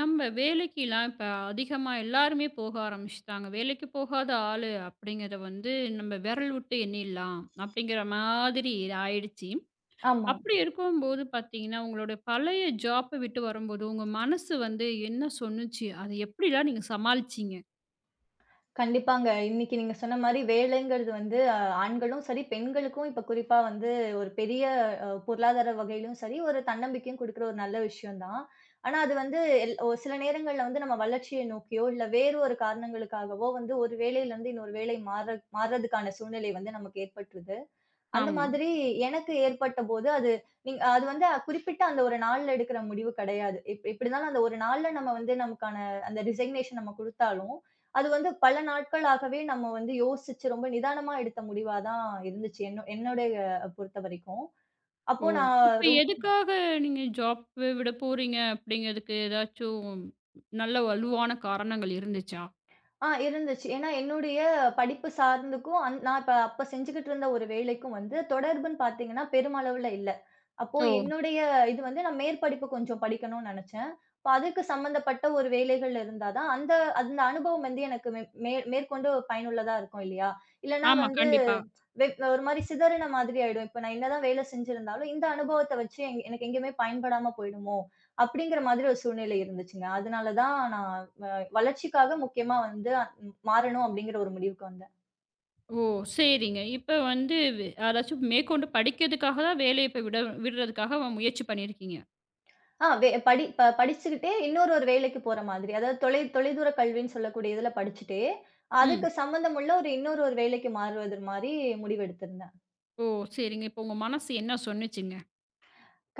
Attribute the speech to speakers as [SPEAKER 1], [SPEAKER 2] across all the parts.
[SPEAKER 1] நம்ம வேலைக்கிலாம் இப்ப அதிகமா எல்லாருமே போக ஆரம்பிச்சுட்டாங்க. வேலைக்கு போகாத ஆளு அப்படிங்கிறத வந்து நம்ம விரல் விட்டு எண்ணிடலாம் அப்படிங்கிற மாதிரி ஆயிடுச்சு.
[SPEAKER 2] ஆமா.
[SPEAKER 1] அப்படி இருக்கும்போது பார்த்தீங்கன்னா, உங்களோட பழைய ஜாப்ப விட்டு வரும்போது உங்க மனசு வந்து என்ன சொன்னுச்சு? அத எப்படிலாம் நீங்க சமாளிச்சீங்க?
[SPEAKER 2] கண்டிப்பாங்க. இன்னைக்கு நீங்க சொன்ன மாரி வேலைங்கிறது வந்து ஆண்களும் சரி, பெண்களுக்கும் இப்ப குறிப்பா வந்து ஒரு பெரிய பொருளாதார வகையிலும் சரி, ஒரு தன்னம்பிக்கையும் குடுக்குற ஒரு நல்ல விஷயம் தான். ஆனா அது வந்து ஒரு சில நேரங்கள்ல வந்து நம்ம வளர்ச்சியை நோக்கியோ, இல்ல வேறு ஒரு காரணங்களுக்காகவோ வந்து ஒரு வேலையிலருந்து இன்னொரு வேலை மாறுறதுக்கான சூழ்நிலை வந்து நமக்கு ஏற்பட்டுருது. அந்த
[SPEAKER 1] ஆமா.
[SPEAKER 2] மாதிரி எனக்கு ஏற்பட்டபோது, அது நீங்க அது வந்து குறிப்பிட்ட அந்த ஒரு நாள்ல எடுக்கிற முடிவு கிடையாது. எப்படி இருந்தாலும் அந்த ஒரு நாள்ல நம்ம வந்து நமக்கான அந்த ரிசக்னேஷன் நம்ம குடுத்தாலும், அது வந்து பல நாட்களாகவே நம்ம வந்து யோசிச்சு ரொம்ப நிதானமா எடுத்த முடிவா தான் இருந்துச்சு. என்னோ என்னுடைய பொறுத்தவரைக்கும்.
[SPEAKER 1] ஓ!
[SPEAKER 2] அப்போ நான்
[SPEAKER 1] இப்ப
[SPEAKER 2] ரொ
[SPEAKER 1] எதுக்காக நீங்க ஜாப் விட போறீங்க அப்படிங்கிறதுக்கு ஏதாச்சும் நல்ல வலுவான காரணங்கள் இருந்துச்சா?
[SPEAKER 2] ஆ இருந்துச்சு. ஏன்னா என்னுடைய படிப்பு சார்ந்துக்கும், நான் இப்ப அப்ப செஞ்சுகிட்டு இருந்த ஒரு வேலைக்கும் வந்து தொடர்புன்னு பார்த்தீங்கன்னா, பெருமளவுல இல்ல. அப்போ
[SPEAKER 1] ஓ!
[SPEAKER 2] என்னுடைய இது வந்து நான் மேற்படிப்பு கொஞ்சம் படிக்கணும்னு நெனச்சேன். அப்ப அதுக்கு சம்மந்தப்பட்ட ஒரு வேலைகள் இருந்தா தான், அந்த அந்த அனுபவம் வந்து எனக்கு மே மே மேற்கொண்டு பயனுள்ளதா இருக்கும் இல்லையா? இல்லன்னா
[SPEAKER 1] ஆமா.
[SPEAKER 2] வந்து
[SPEAKER 1] கண்டிப்பா.
[SPEAKER 2] வெ ஒரு மாரி சிதறின மாதிரி ஆயிடும். இப்ப நான் என்னதான் வேலை செஞ்சிருந்தாலும், இந்த அனுபவத்த வச்சு எனக்கு எங்கேயுமே பயன்படாம போயிடுமோ! அப்படிங்கிற மாதிரி ஒரு சூழ்நிலை இருந்துச்சுங்க. அதனால தான் நான் வளர்ச்சிக்காக முக்கியமா வந்து மாறணும் அப்படிங்கிற ஒரு முடிவுக்கு வந்தேன்.
[SPEAKER 1] ஓ! சரிங்க. இப்ப வந்து அதாச்சும் மேற்கொண்டு படிக்கிறதுக்காக தான் வேலைய இப்ப விடுறதுக்காக அவன் முயற்சி பண்ணியிருக்கீங்க.
[SPEAKER 2] ஆ வே படி ப படிச்சுக்கிட்டே இன்னொரு வேலைக்கு போற மாதிரி. அதாவது தொலைதூர கல்வின்னு சொல்லக்கூடிய இதுல படிச்சுட்டே,
[SPEAKER 1] ம்.
[SPEAKER 2] அதுக்கு சம்மந்தமுள்ள ஒரு இன்னொரு வேலைக்கு மாறுவது மாரி முடிவெடுத்திருந்தேன்.
[SPEAKER 1] ஓ! சரிங்க. இப்ப உங்க மனசு என்ன சொன்னுச்சுங்க?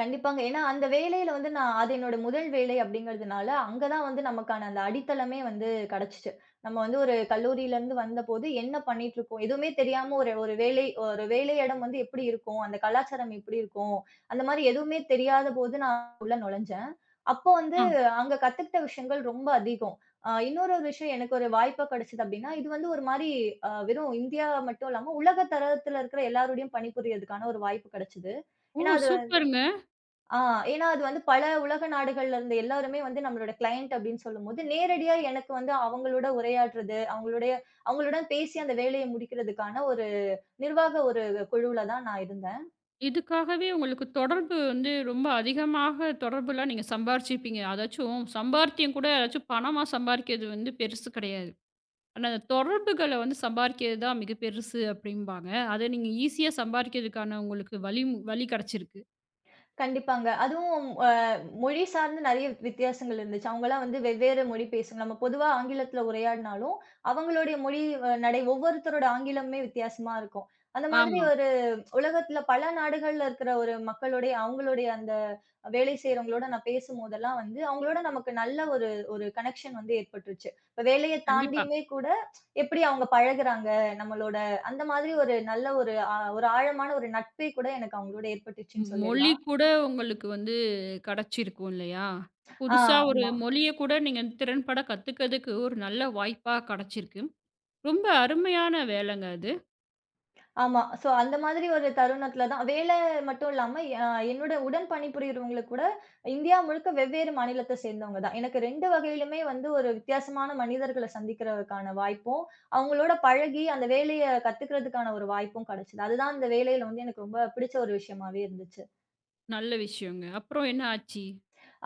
[SPEAKER 2] கண்டிப்பாங்க. ஏன்னா, அந்த வேலையில வந்து நான் அது என்னோட முதல் வேலை அப்படிங்கிறதுனால, அங்க தான் வந்து நமக்கான அந்த அடித்தளமே வந்து கிடைச்சுச்சு. நம்ம வந்து ஒரு கல்லூரியிலருந்து வந்தபோது என்ன பண்ணிட்டுருக்கோம்? எதுவுமே தெரியாம ஒரு ஒரு வேலை இடம் வந்து எப்படி இருக்கும்? அந்த கலாச்சாரம் எப்படி இருக்கும்? அந்த மாரி எதுவுமே தெரியாத போது நான் உள்ள நுழைஞ்சேன். அப்போ வந்து
[SPEAKER 1] ஆ.
[SPEAKER 2] அங்க கத்துக்கிட்ட விஷயங்கள் ரொம்ப அதிகம். இன்னொரு விஷயம் எனக்கு ஒரு வாய்ப்பு கிடைச்சது அப்படின்னா, இது வந்து ஒரு மாரி வெறும் இந்தியா மட்டும் இல்லாம, உலக தரத்தில இருக்கிற எல்லாரோடையும் பணிபுரியதுக்கான ஒரு வாய்ப்பு கிடைச்சது.
[SPEAKER 1] ஓ!
[SPEAKER 2] ஏன்னா அது
[SPEAKER 1] சூப்பருங்க.
[SPEAKER 2] ஆ ஏன்னா அது வந்து பல உலக நாடுகள்ல இருந்து எல்லாருமே வந்து நம்மளோட கிளையண்ட் அப்படின்னு சொல்லும்போது, நேரடியா எனக்கு வந்து அவங்களோட உரையாடுறது, அவங்களுடைய அவங்களுடன் பேசி அந்த வேலைய முடிக்கிறதுக்கான ஒரு நிர்வாக ஒரு குழுவுல தான் நான் இருந்தேன்.
[SPEAKER 1] இதுக்காகவே உங்களுக்கு தொடர்பு வந்து ரொம்ப அதிகமாக தொடர்புலாம் நீங்க சம்பாரிச்சிருப்பீங்க. அதாச்சும் சம்பாரித்தியம் கூட ஏதாச்சும் பணமா சம்பாரிக்கிறது வந்து பெருசு கிடையாது. ஆனா, அந்த தொடர்புகள வந்து சம்பாரிக்கிறது தான் மிக பெருசு அப்டிம்பாங்க. அத நீங்க ஈஸியா சம்பாரிக்கிறதுக்கான உங்களுக்கு வழி வழி கிடைச்சிருக்கு.
[SPEAKER 2] கண்டிப்பாங்க. அதுவும் மொழி சார்ந்து நெறைய வித்தியாசங்கள் இருந்துச்சு. அவங்கலாம் வந்து வெவ்வேறு மொழி பேசுவாங்க. நம்ம பொதுவா ஆங்கிலத்தில உரையாடினாலும், அவங்களுடைய மொழி நடை ஒவ்வொருத்தரோட ஆங்கிலமுமே வித்தியாசமா இருக்கும். அந்த மாதிரி
[SPEAKER 1] ஆமா.
[SPEAKER 2] ஒரு உலகத்தில பல நாடுகள்ல இருக்கிற ஒரு மக்களுடைய அவங்களுடைய அந்த வேலை செய்றவங்களோட நான் பேசும்போதெல்லாம் வந்து, அவங்களோட நமக்கு நல்ல ஒரு ஒரு கனெக்ஷன் வந்து ஏற்பட்டுருச்சு. இப்ப வேலைய
[SPEAKER 1] கண்டிப்பா.
[SPEAKER 2] தாண்டியுமே கூட எப்படி அவங்க பழகுறாங்க நம்மளோட அந்த மாதிரி ஒரு நல்ல ஒரு ஒரு ஆழமான ஒரு நட்பே கூட எனக்கு அவங்களோட ஏற்பட்டுச்சுன்னு
[SPEAKER 1] மொழி
[SPEAKER 2] சொல்லிடலாம்.
[SPEAKER 1] கூட உங்களுக்கு வந்து கிடைச்சிருக்கும் இல்லையா?
[SPEAKER 2] ஆ,
[SPEAKER 1] புதுசா ஒரு
[SPEAKER 2] ஆமா.
[SPEAKER 1] மொழிய கூட நீங்க திறன்பட கத்துக்கிறதுக்கு ஒரு நல்ல வாய்ப்பா கிடைச்சிருக்கு. ரொம்ப அருமையான வேலைங்க அது.
[SPEAKER 2] ஆமா. சோ, அந்த மாதிரி ஒரு தருணத்துல தான் வேலை மட்டும் இல்லாம, அ என்னோட உடன் பணிபுரியறவங்களுக்கு கூட இந்தியா முழுக்க வெவ்வேறு மாநிலத்த சேர்ந்தவங்க தான். எனக்கு 2 வகையிலுமே வந்து ஒரு வித்தியாசமான மனிதர்கள சந்திக்கிறதுக்கான வாய்ப்பும், அவங்களோட பழகி அந்த வேலைய கத்துக்கிறதுக்கான ஒரு வாய்ப்பும் கிடைச்சது. அதுதான் அந்த வேலையில வந்து எனக்கு ரொம்ப பிடிச்ச ஒரு விஷயமாவே இருந்துச்சு.
[SPEAKER 1] நல்ல விஷயங்க. அப்புறம் என்ன ஆச்சு?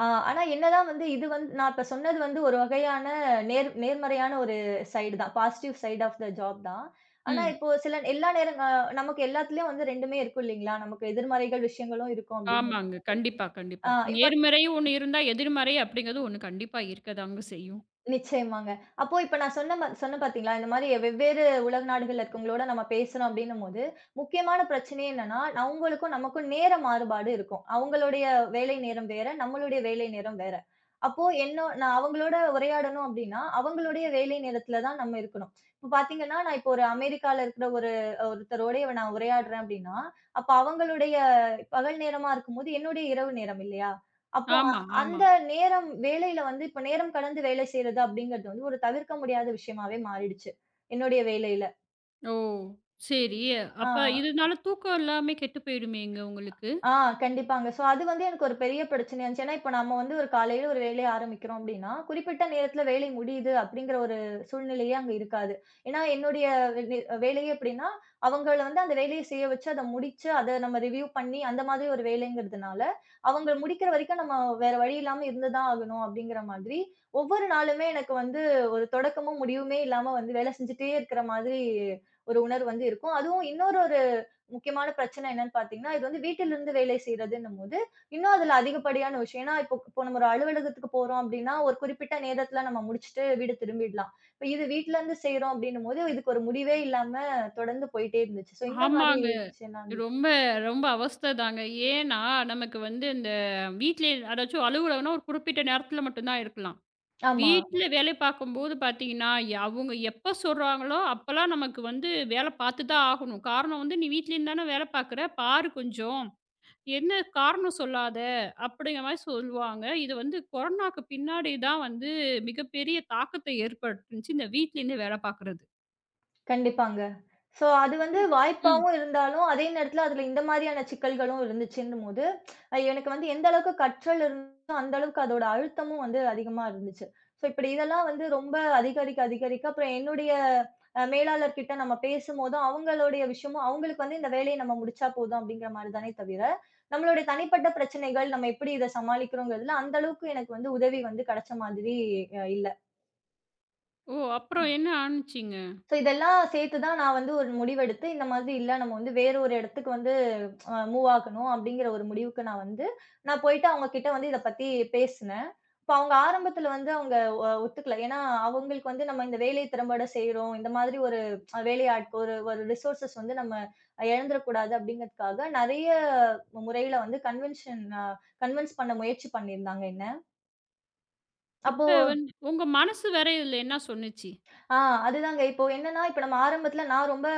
[SPEAKER 2] ஆ, ஆனா என்னதான் வந்து இது வந்து நான் இப்ப சொன்னது வந்து ஒரு வகையான நேர்மறையான ஒரு சைடு தான். Positive side of the job தான். ஆனா
[SPEAKER 1] ம்.
[SPEAKER 2] இப்போ சில எல்லா நேரம் நமக்கு எல்லாத்துலயும் வந்து 2மே இருக்கும் இல்லீங்களா? நமக்கு எதிர்மறைகள் விஷயங்களும் இருக்கும் அப்படின்னு.
[SPEAKER 1] ஆமாங்க. கண்டிப்பா,
[SPEAKER 2] ஆ
[SPEAKER 1] கண்டிப்பா.
[SPEAKER 2] இப்ப
[SPEAKER 1] நேர்மறை ஒண்ணு இருந்தா, எதிர்மறை அப்படிங்கிறது ஒண்ணு கண்டிப்பா இருக்கதாங்க செய்யும்.
[SPEAKER 2] நிச்சயமாங்க. அப்போ இப்ப நான் சொன்னேன் பார்த்தீங்களா, இந்த மாரி வெவ்வேறு உலக நாடுகள்ல இருக்கவங்களோட நம்ம பேசுறோம் அப்டின்னும்போது, முக்கியமான பிரச்சனையே என்னன்னா, அவங்களுக்கும் நமக்கும் நேர மாறுபாடு இருக்கும். அவங்களுடைய வேலை நேரம் வேற, நம்மளுடைய வேலை நேரம் வேற. அப்போ என்னோ நான் அவங்களோட உரையாடணும் அப்டின்னா, அவங்களுடைய வேலை நேரத்துல தான் நம்ம இருக்கணும். இப்ப பார்த்தீங்கன்னா, நான் இப்போ ஒரு அமெரிக்கால இருக்கிற ஒரு ஒருத்தரோடய நான் உரையாடுறேன் அப்டின்னா, அப்ப அவங்களுடைய பகல் நேரமா இருக்கும்போது, என்னுடைய இரவு நேரம் இல்லையா? அப்போ
[SPEAKER 1] ஆமா, ஆமா.
[SPEAKER 2] அந்த நேரம் வேலையில வந்து இப்ப நேரம் கடந்து வேலை செய்றது அப்படிங்கிறது வந்து ஒரு தவிர்க்க முடியாத விஷயமாவே மாறிடுச்சு. என்னுடைய வேலையில.
[SPEAKER 1] ஓ! சரி.
[SPEAKER 2] ஆ.
[SPEAKER 1] அப்ப இதனால தூக்கம் எல்லாமே கெட்டு போயிடுமேங்க உங்களுக்கு?
[SPEAKER 2] ஆ கண்டிப்பாங்க. ஸோ அது வந்து எனக்கு ஒரு பெரிய பிரச்சனையா இருந்துச்சு. ஏன்னா, இப்ப நம்ம வந்து ஒரு காலையில ஒரு வேலைய ஆரம்பிக்கிறோம் அப்டின்னா, குறிப்பிட்ட நேரத்தில வேலை முடியுது அப்டிங்கிற ஒரு சூழ்நிலையே அங்க இருக்காது. ஏன்னா, என்னுடைய வே வேலையே எப்டின்னா, அவங்கள வந்து அந்த வேலைய செய்ய வச்சு, அத முடிச்சு, அத நம்ம ரிவ்யூ பண்ணி அந்த மாதிரி ஒரு வேலைங்கிறதுனால, அவங்க முடிக்கிற வரைக்கும் நம்ம வேற வழி இல்லாம இருந்து தான் ஆகணும் அப்டிங்கிற மாதிரி, ஒவ்வொரு நாளுமே எனக்கு வந்து ஒரு தொடக்கமும், முடிவுமே இல்லாம வந்து வேலை செஞ்சுட்டே இருக்கிற மாதிரி ஒரு உணர்வு வந்து இருக்கும். அதுவும் இன்னொரு ஒரு முக்கியமான பிரச்சனை என்னன்னு பார்த்தீங்கன்னா, இது வந்து வீட்டிலிருந்து வேலை செய்றதுன்னும்போது, இன்னும் அதுல அதிகப்படியான விஷயம். ஏன்னா, இப்போ இப்போ நம்ம ஒரு அலுவலகத்துக்கு போறோம் அப்படின்னா, ஒரு குறிப்பிட்ட நேரத்துல நம்ம முடிச்சுட்டு வீடு திரும்பிடலாம். இப்ப இது வீட்லருந்து செய்றோம் அப்படின்னும்போது, இதுக்கு ஒரு முடிவே இல்லாம தொடர்ந்து போயிட்டே இருந்துச்சு. ஸோ இந்த மாதிரி
[SPEAKER 1] ஆமாங்க.
[SPEAKER 2] விஷயம்லாம் இருந்துச்சு.
[SPEAKER 1] ரொம்ப, ரொம்ப அவஸ்தைதாங்க. ஏன்னா, நமக்கு வந்து இந்த வீட்லயே அதாச்சும் அலுவலகம்னா ஒரு குறிப்பிட்ட நேரத்தில மட்டும் தான் இருக்கலாம்.
[SPEAKER 2] ஆமா.
[SPEAKER 1] வீட்ல வேலை பார்க்கும்போது பார்த்தீங்கன்னா, அவங்க எப்ப சொல்றாங்களோ, அப்பலாம் நமக்கு வந்து வேலை பார்த்து தான் ஆகணும். காரணம் வந்து, "நீ வீட்லேருந்து தானே வேலை பார்க்குற, பாரு கொஞ்சம். என்ன காரணம் சொல்லாத." அப்படிங்கிற மாரி சொல்லுவாங்க. இது வந்து கொரோனாக்கு பின்னாடி தான் வந்து மிகப்பெரிய தாக்கத்த ஏற்பட்டுருந்துச்சு, இந்த வீட்லேருந்து வேலை பார்க்குறது.
[SPEAKER 2] கண்டிப்பாங்க. ஸோ அது வந்து
[SPEAKER 1] ம்.
[SPEAKER 2] வாய்ப்பாவும் இருந்தாலும், அதே நேரத்தில அதில இந்த மாதிரியான சிக்கல்களும் இருந்துச்சுன்னும்போது, எனக்கு வந்து எந்த அளவுக்கு கற்றல் இருந்துச்சோ, அந்த அளவுக்கு அதோட அழுத்தமும் வந்து அதிகமா இருந்துச்சு. ஸோ இப்படி இதெல்லாம் வந்து ரொம்ப அதிகரிக்க, அதிகரிக்க அப்புறம் என்னுடைய மேலாளர்கிட்ட நம்ம பேசும்போதும், அவங்களுடைய விஷயமும் அவங்களுக்கு வந்து இந்த வேலைய நம்ம முடிச்சா போதும் அப்படிங்கிற மாரி தானே தவிர, நம்மளுடைய தனிப்பட்ட பிரச்சனைகள், நம்ம எப்படி இத சமாளிக்கிறோங்கிறதுல அந்த அளவுக்கு எனக்கு வந்து உதவி வந்து கிடைச்ச மாதிரி இல்ல.
[SPEAKER 1] ஓ! அப்புறம் என்ன ஆனுச்சுங்க?
[SPEAKER 2] ஸோ இதெல்லாம் சேர்த்து தான் நான் வந்து ஒரு முடிவெடுத்து, இந்த மாதிரி இல்ல நம்ம வந்து வேற ஒரு இடத்துக்கு வந்து மூவ் ஆகணும் அப்படிங்கிற ஒரு முடிவுக்கு நான் வந்து, நான் போயிட்டு அவங்க கிட்ட வந்து இத பத்தி பேசினேன். இப்ப அவங்க ஆரம்பத்துல வந்து அவங்க ஒத்துக்கல. ஏன்னா அவங்களுக்கு வந்து நம்ம இந்த வேலைய திறம்பட செய்றோம். இந்த மாதிரி ஒரு வேலையாட்கள் ஒரு ஒரு ரிசோர்ஸஸ் வந்து நம்ம இழந்துறக்கூடாது அப்படிங்கிறதுக்காக நெறைய முறையில வந்து கன்வென்ஷன் அ கன்வின்ஸ் பண்ண முயற்சி பண்ணியிருந்தாங்க என்ன. அப்போ
[SPEAKER 1] இப்ப வந்து உங்க மனசு வேற இதுல என்ன சொன்னுச்சு?
[SPEAKER 2] ஆ அதுதாங்க. இப்போ என்னன்னா, இப்ப நம்ம ஆரம்பத்துல நான் ரொம்ப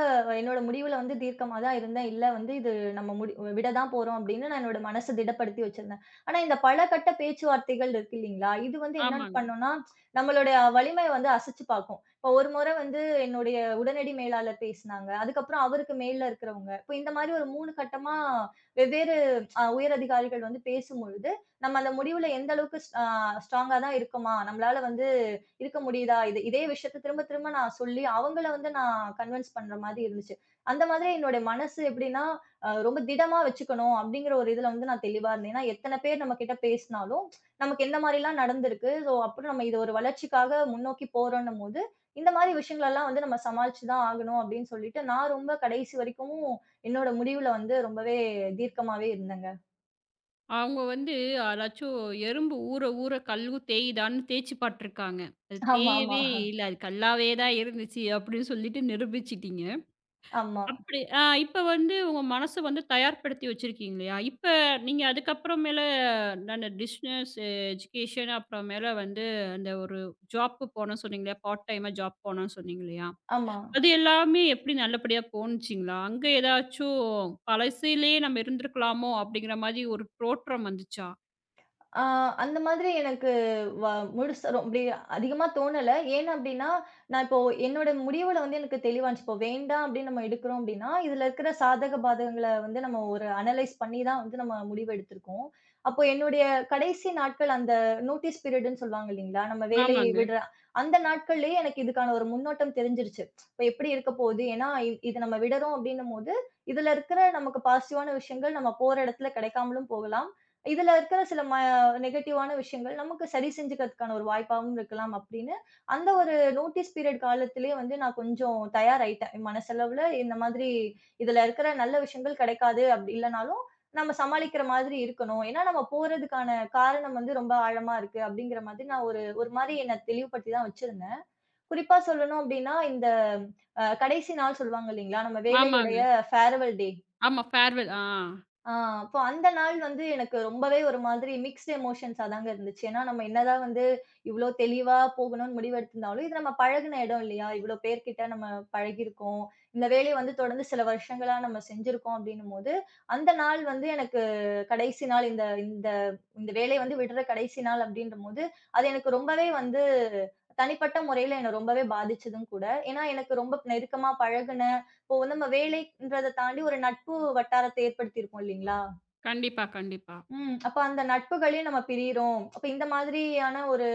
[SPEAKER 2] என்னோட முடிவுல வந்து தீர்க்கமா தான் இருந்தேன். இல்ல வந்து இது நம்ம முடி விட தான் போறோம் அப்படின்னு நான் என்னோட மனச திடப்படுத்தி வச்சிருந்தேன். ஆனா இந்த பல கட்ட பேச்சுவார்த்தைகள் இருக்கு இல்லீங்களா? இது வந்து என்ன
[SPEAKER 1] ஆமாங்க.
[SPEAKER 2] பண்ணும்னா, நம்மளுடைய வலிமைய வந்து அசச்சு பார்க்கும். இப்போ ஒரு முறை வந்து என்னுடைய உடனடி மேலாளர் பேசினாங்க. அதுக்கப்புறம் அவருக்கு மேல இருக்கிறவங்க. இப்போ இந்த மாதிரி ஒரு 3 கட்டமா வெவ்வேறு உயர் அதிகாரிகள் வந்து பேசும்பொழுது, நம்ம அந்த முடிவுல எந்த அளவுக்கு ஸ் அ ஸ்ட்ராங்கா தான் இருக்கோமா? நம்மளால வந்து இருக்க முடியுதா? இது இதே விஷயத்த திரும்ப திரும்ப நான் சொல்லி, அவங்கள வந்து நான் கன்வின்ஸ் பண்ற மாதிரி இருந்துச்சு. அந்த மாதிரி என்னோட மனசு எப்படின்னா, ரொம்ப திடமா வச்சுக்கணும் அப்படிங்கிற ஒரு இதுல வந்து நான் தெளிவா இருந்தேன். ஏன்னா, எத்தன பேர் நம்ம கிட்ட பேசினாலும், நமக்கு எந்த மாரிலாம் நடந்திருக்கு. ஸோ, அப்புறம் நம்ம இது ஒரு வளர்ச்சிக்காக முன்னோக்கி போறோன்னும்போது, இந்த மாரி விஷயங்களெல்லாம் வந்து நம்ம சமாளிச்சு தான் ஆகணும் அப்படின்னு சொல்லிட்டு, நான் ரொம்ப கடைசி வரைக்கும் என்னோட முடிவுல வந்து ரொம்பவே தீர்க்கமாவே இருந்தேங்க.
[SPEAKER 1] அவங்க வந்து அதாச்சும் எறும்பு ஊற ஊற கல்லு தேயுதான்னு தேய்ச்சு பார்த்துருக்காங்க. அது
[SPEAKER 2] ஆமா, ஆமா.
[SPEAKER 1] தேயவே இல்ல. அது கல்லாவே தான் இருந்துச்சு அப்படின்னு சொல்லிட்டு நிரூபிச்சுட்டீங்க.
[SPEAKER 2] ஆமா,
[SPEAKER 1] அப்படி இப்ப வந்து உங்க மனச வந்து தயார்படுத்தி வச்சிருக்கீங்க இல்லையா? இப்ப நீங்க அதுக்கப்புறமேல அந்த பிசினஸ் எஜுகேஷன் அப்புறமேல வந்து அந்த ஒரு ஜாப் போனேன்னு சொன்னீங்க இல்லையா? பார்ட் டைமா ஜாப் போனேன்னு சொன்னீங்க இல்லையா?
[SPEAKER 2] ஆமா.
[SPEAKER 1] அது எல்லாமே எப்படி நல்லபடியா போணுச்சுங்களா? அங்க ஏதாச்சும் பழசுலயே நம்ம இருந்திருக்கலாமோ! அப்படிங்கிற மாரி ஒரு தோற்றம் வந்துச்சா?
[SPEAKER 2] ஆ அந்த மாதிரி எனக்கு வ முழுசா அப்படி அதிகமா தோணல. ஏன் அப்படின்னா, நான் இப்போ என்னோட முடிவுல வந்து எனக்கு தெளிவா இருந்துச்சு. இப்போ வேண்டாம் அப்படின்னு நம்ம எடுக்கிறோம் அப்படின்னா, இதுல இருக்கிற சாதக பாதகங்கள வந்து நம்ம ஒரு அனலைஸ் பண்ணி தான் வந்து நம்ம முடிவு எடுத்திருக்கோம். அப்போ என்னுடைய கடைசி நாட்கள் அந்த நோட்டீஸ் பீரியடுன்னு சொல்லுவாங்க இல்லைங்களா? நம்ம வேலையை
[SPEAKER 1] ஆமாங்க.
[SPEAKER 2] விடுற அந்த நாட்கள்லயே எனக்கு இதுக்கான ஒரு முன்னோட்டம் தெரிஞ்சிருச்சு. இப்ப எப்படி இருக்க போகுது? ஏன்னா இத நம்ம விடுறோம் அப்படின்னும்போது, இதுல இருக்கிற நமக்கு பாசிட்டிவான விஷயங்கள் நம்ம போற இடத்துல கிடைக்காமலும் போகலாம். இதுல இருக்கிற சில நெகட்டிவான விஷயங்கள் நமக்கு சரி செஞ்சுக்கிறதுக்கான ஒரு வாய்ப்பாவும் இருக்கலாம் அப்படின்னு, அந்த ஒரு நோட்டீஸ் பீரியட் காலத்திலேயே வந்து நான் கொஞ்சம் தயாராயிட்டேன். என் மனசளவுல இந்த மாதிரி இதுல இருக்கிற நல்ல விஷயங்கள் கிடைக்காது அப்படி இல்லனாலும், நம்ம சமாளிக்கிற மாதிரி இருக்கணும். ஏன்னா நம்ம போறதுக்கான காரணம் வந்து ரொம்ப ஆழமா இருக்கு அப்படிங்கிற மாதிரி நான் ஒரு ஒரு மாரி என்ன தெளிவுபடுத்தி தான் வச்சிருந்தேன். குறிப்பா சொல்லணும் அப்படின்னா, இந்த கடைசி நாள் சொல்லுவாங்க இல்லீங்களா? நம்ம
[SPEAKER 1] ஆமாங்க.
[SPEAKER 2] வேலையுடைய ஃபேர்வெல் டே.
[SPEAKER 1] ஆமா. ஃபேர்வெல். ஆ.
[SPEAKER 2] ஆ அப்போ அந்த நாள் வந்து எனக்கு ரொம்பவே ஒரு மாதிரி மிக்ஸ்ட் எமோஷன்ஸா தாங்க இருந்துச்சு. ஏன்னா, நம்ம என்னதான் வந்து இவ்ளோ தெளிவா போகணும்னு முடிவெடுத்திருந்தாலும், இது நம்ம பழகுன இடம் இல்லையா? இவ்ளோ பேர்கிட்ட நம்ம பழகியிருக்கோம். இந்த வேலைய வந்து தொடர்ந்து சில வருஷங்களா நம்ம செஞ்சிருக்கோம் அப்டின்னும்போது, அந்த நாள் வந்து எனக்கு கடைசி நாள் இந்த இந்த இந்த வேலைய வந்து விடுற கடைசி நாள் அப்டின்றபோது, அது எனக்கு ரொம்பவே வந்து தனிப்பட்ட முறையில என்ன ரொம்பவே பாதிச்சதும் கூட. ஏன்னா, எனக்கு ரொம்ப நெருக்கமா பழகுன இப்போ வந்து நம்ம வேலைன்றத தாண்டி ஒரு நட்பு வட்டாரத்த ஏற்படுத்தியிருப்போம் இல்லீங்களா?
[SPEAKER 1] கண்டிப்பா, கண்டிப்பா.
[SPEAKER 2] ம். அப்ப அந்த நட்புகளையும் நம்ம பிரியிறோம். அப்ப இந்த மாதிரியான ஒரு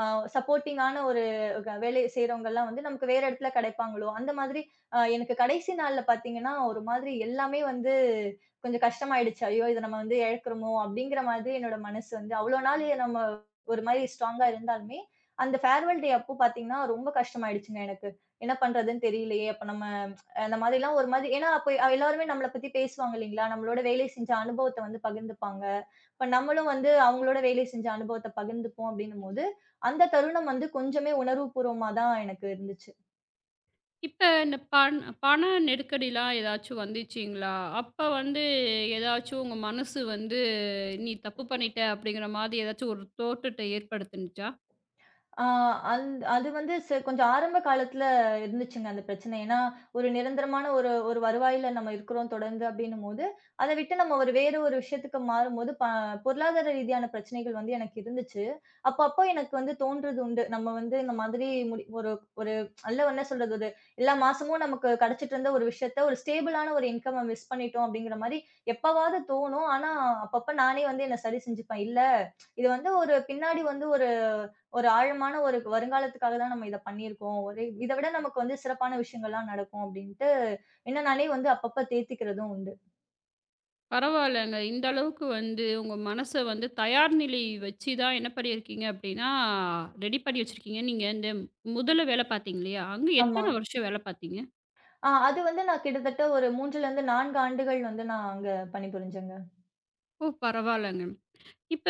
[SPEAKER 2] அ சப்போர்ட்டிங்கான ஒரு வேலை செய்றவங்கலாம் வந்து நமக்கு வேற இடத்துல கிடைப்பாங்களோ! அந்த மாதிரி எனக்கு கடைசி நாள்ல பார்த்தீங்கன்னா, ஒரு மாதிரி எல்லாமே வந்து கொஞ்சம் கஷ்டமாயிடுச்சு. ஐயோ! இத நம்ம வந்து இழக்கிறோமோ! அப்டிங்கிற மாதிரி என்னோட மனசு வந்து அவ்ளோ நாள் நம்ம ஒரு மாரி ஸ்ட்ராங்கா இருந்தாலுமே, அந்த ஃபேர்வெல் டே அப்போ பார்த்தீங்கன்னா, ரொம்ப கஷ்டமாயிடுச்சுங்க எனக்கு. என்ன பண்றதுன்னு தெரியலையே! அப்ப நம்ம அந்த மாதிரிலாம் ஒரு மாதிரி ஏன்னா அப்ப எல்லாருமே நம்மள பத்தி பேசுவாங்க இல்லைங்களா? நம்மளோட வேலை செஞ்ச அனுபவத்த வந்து பகிர்ந்துப்பாங்க. இப்ப நம்மளும் வந்து அவங்களோட வேலை செஞ்ச அனுபவத்த பகிர்ந்துப்போம் அப்படின்னும்போது, அந்த தருணம் வந்து கொஞ்சமே உணர்வுபூர்வமா தான் எனக்கு இருந்துச்சு.
[SPEAKER 1] இப்ப இந்த பண் பண நெருக்கடிலாம் ஏதாச்சும் வந்துச்சுங்களா? அப்ப வந்து ஏதாச்சும் உங்க மனசு வந்து, "நீ தப்பு பண்ணிட்ட" அப்படிங்கிற மாரி ஏதாச்சும் ஒரு தோற்றத்த ஏற்படுத்துனுச்சா?
[SPEAKER 2] ஆ அந் அது வந்து கொஞ்சம் ஆரம்ப காலத்துல இருந்துச்சுங்க அந்த பிரச்சனை. ஏன்னா, ஒரு நிரந்தரமான ஒரு ஒரு வருவாயில நம்ம இருக்கிறோம் தொடர்ந்து அப்டின்னும்போது, அத விட்டு நம்ம ஒரு வேறு ஒரு விஷயத்துக்கு மாறும்போது, பொருளாதார ரீதியான பிரச்சனைகள் வந்து எனக்கு இருந்துச்சு. அப்ப அப்போ எனக்கு வந்து தோன்றது உண்டு. நம்ம வந்து இந்த மாதிரி முடி ஒரு ஒரு நல்ல என்ன சொல்றது? ஒரு எல்லா மாசமும் நமக்கு கிடைச்சிட்டு இருந்த ஒரு விஷயத்த, ஒரு ஸ்டேபிளான ஒரு இன்கம்ம மிஸ் பண்ணிட்டோம் அப்டிங்கிற மாரி எப்பவாவது தோணும். ஆனா, அப்பப்ப நானே வந்து என்ன சரி செஞ்சுப்பேன். இல்ல, இது வந்து ஒரு பின்னாடி வந்து ஒரு ஒரு ஆழமான ஒரு வருங்காலத்துக்காக தான் நம்ம இத பண்ணியிருக்கோம். ஒரு இத விட நமக்கு வந்து சிறப்பான விஷயங்கள்லாம் நடக்கும் அப்டின்ட்டு, என்ன நானே வந்து அப்பப்ப தேத்திக்கிறதும் உண்டு.
[SPEAKER 1] பரவாயில்லங்க. இந்த அளவுக்கு வந்து உங்க மனச வந்து தயார் நிலை வச்சு தான் என்ன பண்ணியிருக்கீங்க அப்படின்னா, ரெடி பண்ணி வச்சிருக்கீங்க. நீங்க இந்த முதல்ல வேலை பார்த்தீங்க இல்லையா? அங்க
[SPEAKER 2] ஆமா.
[SPEAKER 1] எத்தன வருஷம் வேலை பார்த்தீங்க?
[SPEAKER 2] ஆ அது வந்து நான் கிட்டத்தட்ட ஒரு 3லேருந்து 4 ஆண்டுகள் வந்து நான் அங்க பணிபுரிஞ்சேங்க.
[SPEAKER 1] ஓ! பரவாயில்லங்க. இப்ப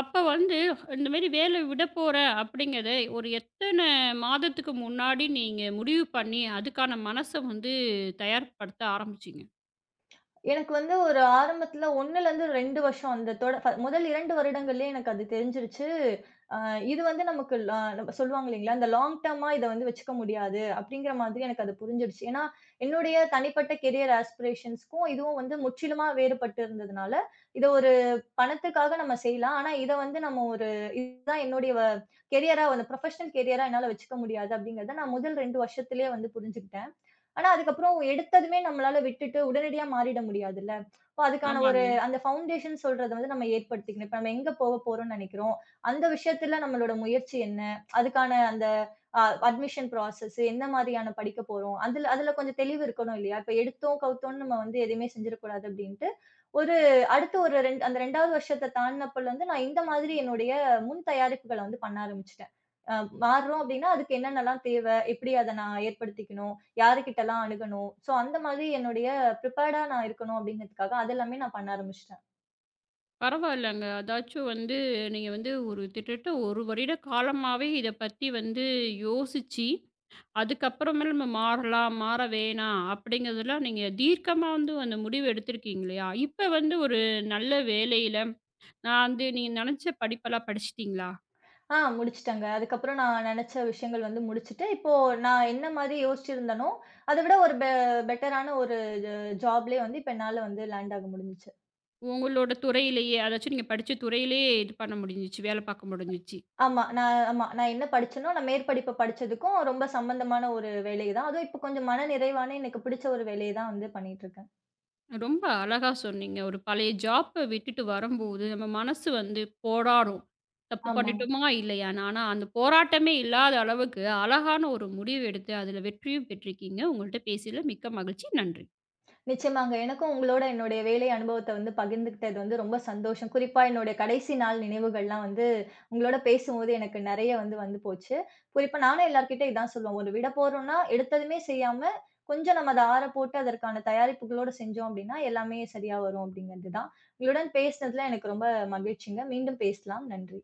[SPEAKER 1] அப்ப வந்து இந்த மாரி வேலை விடப் போறேன் அப்படிங்கிறத ஒரு எத்தன மாதத்துக்கு முன்னாடி நீங்க முடிவு பண்ணி, அதுக்கான மனச வந்து தயார்படுத்த ஆரம்பிச்சீங்க?
[SPEAKER 2] எனக்கு வந்து ஒரு ஆரம்பத்துல 1லருந்து 2 வருஷம் அந்த தொட ஃப முதல் 2 வருடங்கள்லயே எனக்கு அது தெரிஞ்சிருச்சு. அ இது வந்து நமக்கு ல நம்ம சொல்லுவாங்க இல்லைங்களா, இந்த லாங் டர்மா இத வந்து வச்சுக்க முடியாது அப்படிங்கிற மாதிரி எனக்கு அது புரிஞ்சிடுச்சு. ஏன்னா, என்னுடைய தனிப்பட்ட கெரியர் ஆஸ்பிரேஷன்ஸ்க்கும் இதுவும் வந்து முற்றிலுமா வேறுபட்டு இருந்ததுனால, இத ஒரு பணத்துக்காக நம்ம செய்யலாம். ஆனா இத வந்து நம்ம ஒரு இதுதான் என்னுடைய கெரியரா வந்து ப்ரொஃபஷனல் கெரியரா என்னால வச்சுக்க முடியாது அப்படிங்கிறத நான் முதல் 2 வருஷத்திலேயே வந்து புரிஞ்சுக்கிட்டேன். ஆனா, அதுக்கப்புறம் எடுத்ததுமே நம்மளால விட்டுட்டு உடனடியா மாறிட முடியாதுல்ல. அப்போ அதுக்கான ஒரு
[SPEAKER 1] ஆமாங்க.
[SPEAKER 2] அந்த ஃபவுண்டேஷன் சொல்றத வந்து நம்ம ஏற்படுத்திக்கணும். இப்ப நம்ம எங்க போக போறோம்ன்னு நெனைக்கிறோம்? அந்த விஷயத்துல நம்மளோட முயற்சி என்ன? அதுக்கான அந்த அ அட்மிஷன் ப்ராசஸ் என்ன மாதிரியான படிக்க போறோம்? அதுல அதுல கொஞ்சம் தெளிவு இருக்கணும் இல்லையா? இப்ப எடுத்தோம், கவுத்தோம்ன்னு நம்ம வந்து எதுவுமே செஞ்சிடக்கூடாது அப்டின்ட்டு, ஒரு அடுத்த ஒரு 2 அந்த 2வது வருஷத்த தாண்டினப்பலருந்து நான் இந்த மாதிரி என்னுடைய முன் தயாரிப்புகள வந்து பண்ண ஆரம்பிச்சுட்டேன். அ மாறுறோம் அப்டின்னா, அதுக்கு என்னென்னலாம் தேவை? எப்படி அத நான் ஏற்படுத்திக்கணும்? யாருகிட்டலாம் அணுகணும். ஸோ, அந்த மாதிரி என்னுடைய ப்ரிப்பேர்டா நான் இருக்கணும் அப்படிங்கிறதுக்காக, அது எல்லாமே நான் பண்ண ஆரம்பிச்சுட்டேன்.
[SPEAKER 1] பரவாயில்லங்க. அதாச்சும் வந்து நீங்க வந்து ஒரு கிட்டத்தட்ட 1 வருட காலமாவே இத பத்தி வந்து யோசிச்சு அதுக்கப்புறமேல் நம்ம மாறலாம், மாற வேணாம் அப்படிங்கிறதுலாம் நீங்க தீர்க்கமா வந்து அந்த முடிவு எடுத்திருக்கீங்க இல்லையா? இப்ப வந்து ஒரு நல்ல வேலையில நான் வந்து நீங்க நெனச்ச படிப்பெல்லாம் படிச்சுட்டீங்களா?
[SPEAKER 2] ஆ முடிச்சுட்டேங்க. அதுக்கப்புறம் நான் நெனச்ச விஷயங்கள் வந்து முடிச்சுட்டு, இப்போ நான் என்ன மாதிரி யோசிச்சிருந்தேனோ, அத விட ஒரு பெட்டரான ஒரு ஜ ஜாப்லயே வந்து இப்ப என்னால வந்து லேண்ட் ஆக முடிஞ்சுச்சு.
[SPEAKER 1] உங்களோட துறையிலேயே அதாச்சும் நீங்க படிச்ச துறையிலேயே இது பண்ண முடிஞ்சுச்சு, வேலை பார்க்க முடிஞ்சுச்சு.
[SPEAKER 2] ஆமா. நான் என்ன படிச்சேனோ, நான் மேற்படிப்பு படிச்சதுக்கும் ரொம்ப சம்பந்தமான ஒரு வேலை தான். அதுவும் இப்ப கொஞ்சம் மன நிறைவான எனக்கு பிடிச்ச ஒரு வேலைய தான் வந்து பண்ணிட்டு இருக்கேன்.
[SPEAKER 1] ரொம்ப அழகா சொன்னீங்க. ஒரு பழைய ஜாப்ப விட்டுட்டு வரும்போது நம்ம மனசு வந்து போராடும். தப்பு
[SPEAKER 2] ஆமா.
[SPEAKER 1] பண்ணிட்டோமா இல்லையான்னு. ஆனா அந்த போராட்டமே இல்லாத அளவுக்கு அழகான ஒரு முடிவு எடுத்து அதுல வெற்றியும் பெற்றிருக்கீங்க. உங்கள்ட்ட பேசியதில மிக்க மகிழ்ச்சி. நன்றி.
[SPEAKER 2] நிச்சயமாங்க. எனக்கும் உங்களோட என்னுடைய வேலை அனுபவத்த வந்து பகிர்ந்துக்கிட்டது வந்து ரொம்ப சந்தோஷம். குறிப்பா என்னுடைய கடைசி நாள் நினைவுகள்லாம் வந்து உங்களோட பேசும்போது எனக்கு நெறைய வந்து வந்து போச்சு. குறிப்பா நானும் எல்லார்கிட்டயும் இதான் சொல்லுவேன். ஒரு விட போறோம்னா, எடுத்ததுமே செய்யாம கொஞ்சம் நம்ம அத ஆற போட்டு அதற்கான தயாரிப்புகளோட செஞ்சோம் அப்படின்னா, எல்லாமே சரியா வரும் அப்படிங்கிறது தான். உங்களுடன் பேசினதுல எனக்கு ரொம்ப மகிழ்ச்சிங்க. மீண்டும் பேசலாம். நன்றி.